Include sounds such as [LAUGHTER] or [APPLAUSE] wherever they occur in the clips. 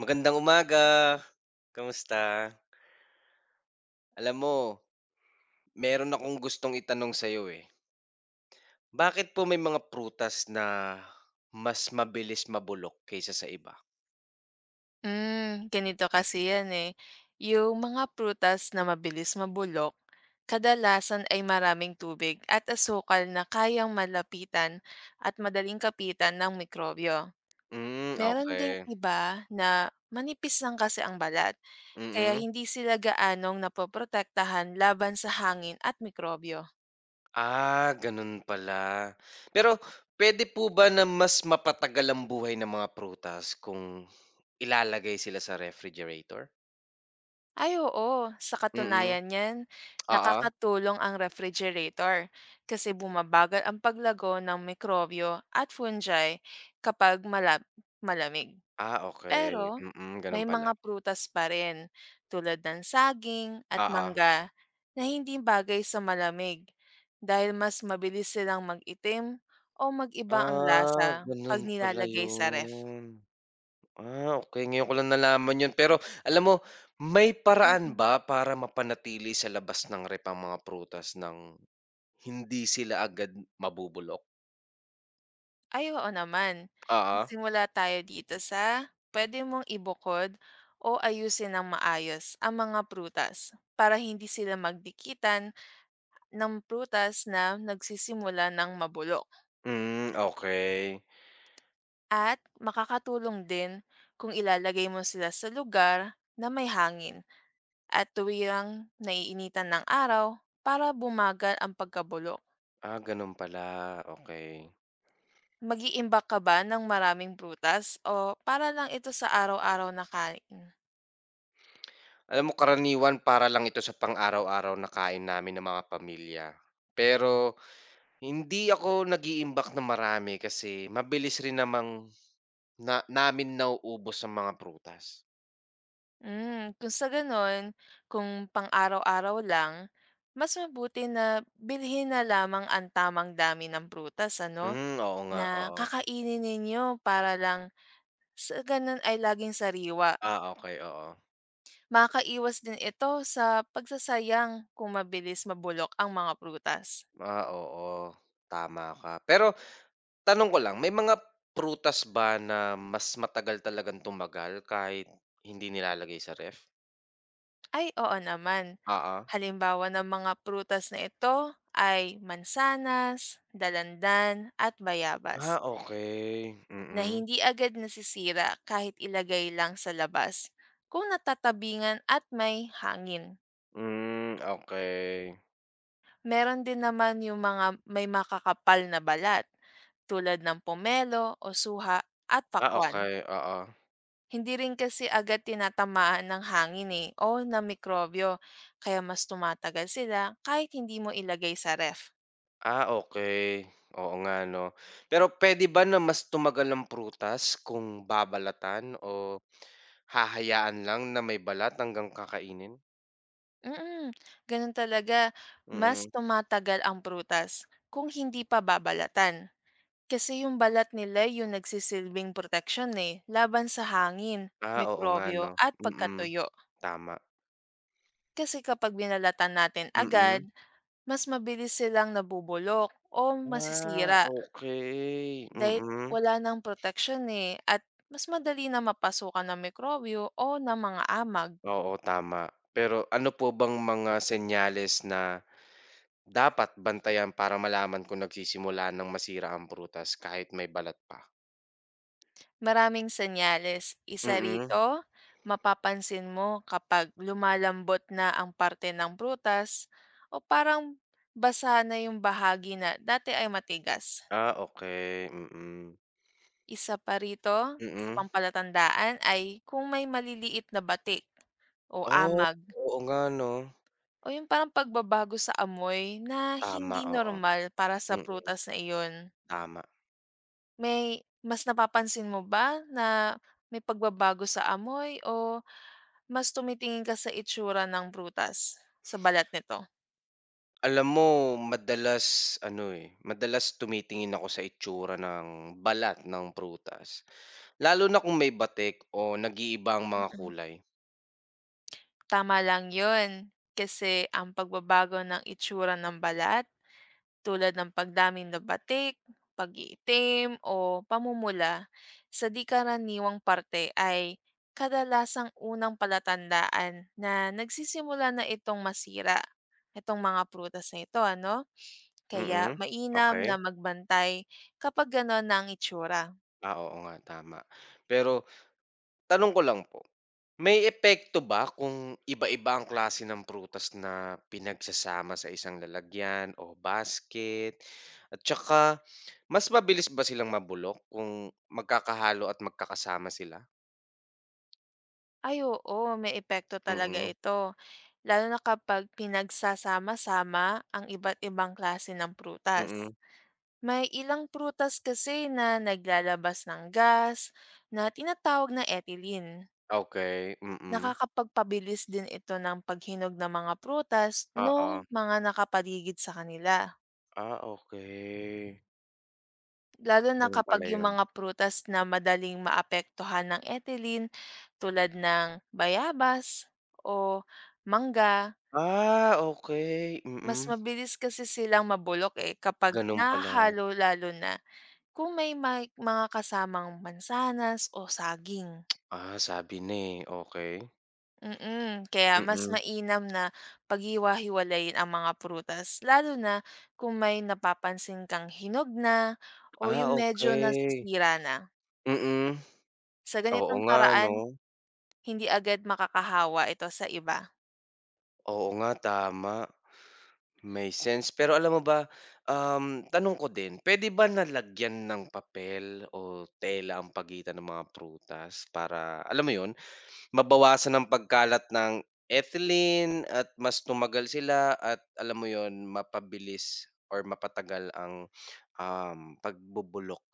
Magandang umaga, kamusta? Alam mo, meron akong gustong itanong sa'yo eh. Bakit po may mga prutas na mas mabilis mabulok kaysa sa iba? Hmm, ganito kasi yan eh. Yung mga prutas na mabilis mabulok, kadalasan ay maraming tubig at asukal na kayang malapitan at madaling kapitan ng mikrobyo. Hmm, okey. Mm. Meron ding Okay. iba na manipis lang kasi ang balat, kaya Mm-mm. hindi sila gaanong napoprotektahan laban sa hangin at mikrobyo. Ah, ganun pala. Pero puwede po ba na mas mapatagal ang buhay ng mga prutas kung ilalagay sila sa refrigerator? Ay oo, sa Mm, katunayan niyan, oo. Ah, nakakatulong ang refrigerator kasi bumabagal ang paglago ng mikrobyo at fungi kapag malamig. ah, Pero okey. Mm, ganun may mga pala. prutas pa rin tulad ng saging at ah Ah, mangga na hindi bagay sa malamig dahil mas mabilis silang mag-itim o mag-iba ang lasa Ah, pag ganun pala nilalagay sa ref. yun. Ah, okay. Ngayon ko lang nalaman 'yun. Pero alam mo, may paraan Mm. ba para mapanatili sa labas ng ref ang mga prutas nang hindi sila agad mabubulok? Ay, oo naman. ah Magsimula tayo dito sa pwede mong ibukod o ayusin ng maayos ang mga prutas para hindi sila magdikitan ng prutas na nagsisimula ng mabulok. Hmm, okay. At makakatulong din kung ilalagay mo sila sa lugar na may hangin at tuwirang naiinitan ng araw para bumagal ang pagkabulok. Ah, gano'n pala, okay. Mag-iimbak ka ba ng maraming prutas o para lang ito sa araw-araw na kain? Alam mo karaniwan para lang ito sa pang-araw-araw na kain namin ng mga pamilya. Pero hindi ako nag-iimbak ng marami kasi mabilis rin namang na namin nauubos ang mga prutas. Hmm, kung sa gano'n, kung pang-araw-araw lang, mas mabuti na bilhin na lamang ang tamang dami ng prutas ano, Hmm, oo nga, na oo. kakainin ninyo para lang sa gano'n ay laging sariwa. Ah, okey, oo. Makaiwas din ito sa pagsasayang kung mabilis mabulok ang mga prutas. Ah, oo, tama ka. Pero tanong ko lang, may mga prutas ba na mas matagal talagang tumagal kahit hindi nilalagay sa ref? Ay, oo naman. Oo. Halimbawa ng mga prutas na ito ay mansanas, dalandan, at bayabas, Ah, okay, na Mm-mm. Mm. hindi agad nasisira kahit ilagay lang sa labas kung natatabingan at may hangin. Hmm, okay. Meron din naman yung mga may makakapal na balat tulad ng pomelo o suha at Ah, pakwan. okay, oo. Hindi rin kasi agad tinatamaan ng hangin eh, o ng mikrobyo, kaya mas tumatagal sila kahit hindi mo ilagay sa ref. Ah, okay, Oo nga 'no. Pero puwede ba na mas tumagal ang prutas kung babalatan o hahayaan lang na may balat hanggang kakainin? Mm, ganun talaga, mas Mm. tumatagal ang prutas kung hindi pa babalatan. Kasi yung balat nila yung nagsisilbing proteksyon eh, laban sa hangin, Ah, oo nga mikrobyo 'no. at Mm, pagkatuyo. tama. Kasi kapag binalatan natin agad, Mm. mas mabilis silang nabubulok o Ah, masisira okey, dahil mm. wala ng proteksyon eh at mas madali na mapasukan ng mikrobyo o ng mga amag. Oo, tama. Pero ano po bang mga senyales na dapat bantayan para malaman kung nagsisimula ng masira ang prutas kahit may balat pa? Maraming senyales. Isa Mm. rito, mapapansin mo kapag lumalambot na ang parte ng prutas o parang basa na yung bahagi na dati ay matigas. Ah, okey, mm. Isa pa rito, sa Mm. pampalatandaan ay kung may maliliit na batik o Oh, amag oo nga 'no. o yung parang pagbabago sa amoy na Tama, hindi oo. normal para sa Mm, prutas na iyon. tama. May mas napapansin mo ba na may pagbabago sa amoy o mas tumitingin ka sa itsura ng prutas, sa balat nito. Alam mo madalas ano, eh, madalas tumitingin ako sa itsura ng balat ng prutas, lalo na kung may batik o nag-iiba ang mga Mm. kulay. Tama lang 'yun, kasi ang pagbabago ng itsura ng balat, tulad ng pagdami ng batik, pag-iitim o pamumula sa di-karaniwang parte ay kadalasang unang palatandaan na nagsisimula na itong masira, itong mga prutas na ito ano. Kaya Mm, mainam na okey. magbantay kapag gano'n na ang itsura. Ah, oo nga, tama. Pero tanong ko lang po, may epekto ba kung iba-iba ang klase ng prutas na pinagsasama sa isang lalagyan o basket? At tsaka mas mabilis ba silang mabulok kung magkakahalo at magkakasama sila? Ay oo, may epekto talaga Mm, ito. Lalo na kapag pinagsasama-sama ang iba't ibang klase ng prutas. mm. May ilang prutas kasi na naglalabas ng gas na tinatawag na ethylene. Okey, mm. Nakakapagpabilis din ito ng paghinog ng mga prutas nung Oo. mga nakapaligid sa kanila. Ah, okey. Lalo na Gano'n kapag pala yung 'yun. mga prutas na madaling maapektuhan ng ethylene tulad ng bayabas o mangga. Ah, okey, Mas mm. mabilis kasi silang mabulok, eh, kapag Gano'n pala. nahahalo lalo na kung may mga kasamang mansanas o saging. Ah, sabi na, eh, okey. Mm, kaya mas Mm. mainam na paghiwa-hiwalayin ang mga prutas lalo na kung may napapansin kang hinog na o Ah, yung medyo okey. nasisira na. Mm, Sa oo ganitong nga paraan, 'no. hindi agad makakahawa ito sa iba. Oo nga, tama, may sense. Pero alam mo ba, tanong ko din, puwede ba na lagyan ng papel o tela ang pagitan ng mga prutas para, alam mo 'yun, mabawasan ang pagkalat ng ethylene at mas tumagal sila at alam mo 'yun, mapabilis or mapatagal ang, pagbubulok?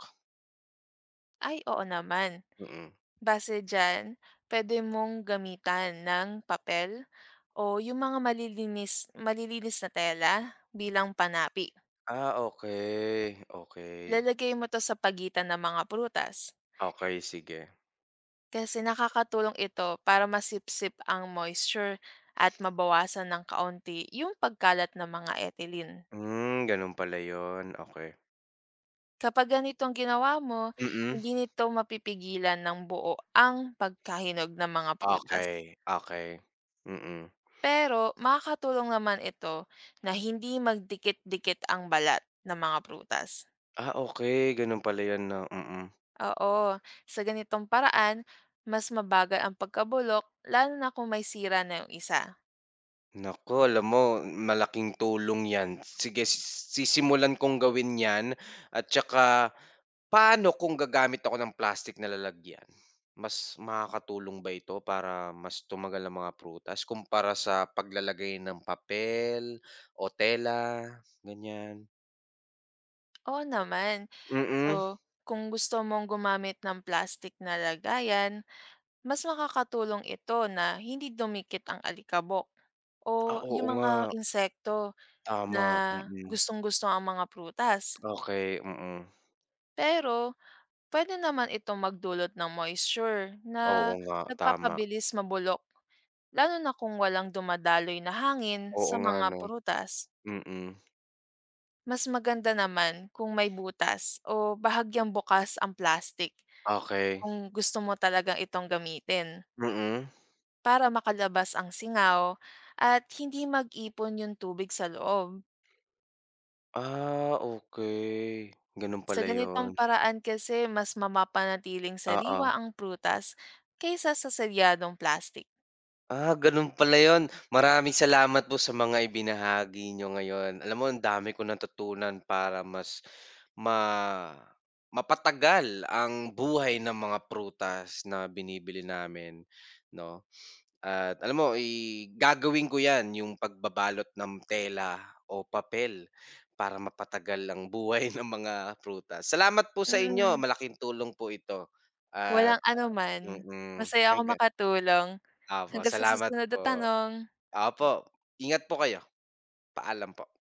Ay, oo naman. Mm. Base diyan, puwede mong gamitan ng papel o yung mga malilinis malilinis na tela bilang panapi. Ah, okey, okey. Lalagay mo 'to sa pagitan ng mga prutas Okey, sige. kasi nakakatulong ito para masipsip ang moisture at mabawasan ng kaunti yung pagkalat ng mga ethylene. Hmm, gano'n pala 'yun, okey. Kapag ganitong ginawa mo, Mm, hindi nito mapipigilan ng buo ang pagkahinog ng mga prutas. okey, okey, mm. Pero makakatulong naman ito na hindi magdikit-dikit ang balat ng mga prutas. Ah, okey, gano'n pala 'yun 'no, mm. Oo, sa ganitong paraan, mas mabagal ang pagkabulok lalo na kung may sira na yung isa. Naku, alam mo malaking tulong 'yan. Sige, sisimulan kong gawin 'yan at tsaka paano kung gagamit ako ng plastic na lalagyan? Mas makakatulong ba ito para mas tumagal ang mga prutas kumpara sa paglalagay ng papel o tela, ganiyan? Oo naman. Mm, So, kung gusto mong gumamit ng plastic na lagayan, mas makakatulong ito na hindi dumikit ang alikabok o oo yung nga, mga insekto na tama, mm. gustong-gusto ang mga prutas. Okey, mm. Pero puwede naman itong magdulot ng moisture Oo na nga, tama. nagpapabilis mabulok, lalo na kung walang dumadaloy na hangin Oo sa nga mga 'no, prutas. mm. Mas maganda naman kung may butas o bahagyang bukas ang plastic Okey, kung gusto mo talagang itong gamitin mm. para makalabas ang singaw at hindi mag-ipon yung tubig sa loob. Ah, okey. Gano'n Sa pala ganitong 'yun, paraan kasi mas mapapanatiling oo. sariwa ang prutas kaysa sa selyadong plastic. Ah, gano'n pala 'yun. Maraming salamat po sa mga ibinahagi niyo ngayon. Alam mo ang dami ko natutunan para mas ma mapatagal ang buhay ng mga prutas na binibili namin 'no. At alam mo, gagawin ko 'yan, yung pagbabalot ng tela o papel para mapatagal ang buhay [LAUGHS] ng mga prutas. Salamat po sa inyo, Mm. malaking tulong po ito at Walang anuman, mm, masaya ako hangga makatulong. opo, Hanggang sa salamat susunod na po. tanong. Opo, ingat po kayo. Paalam po.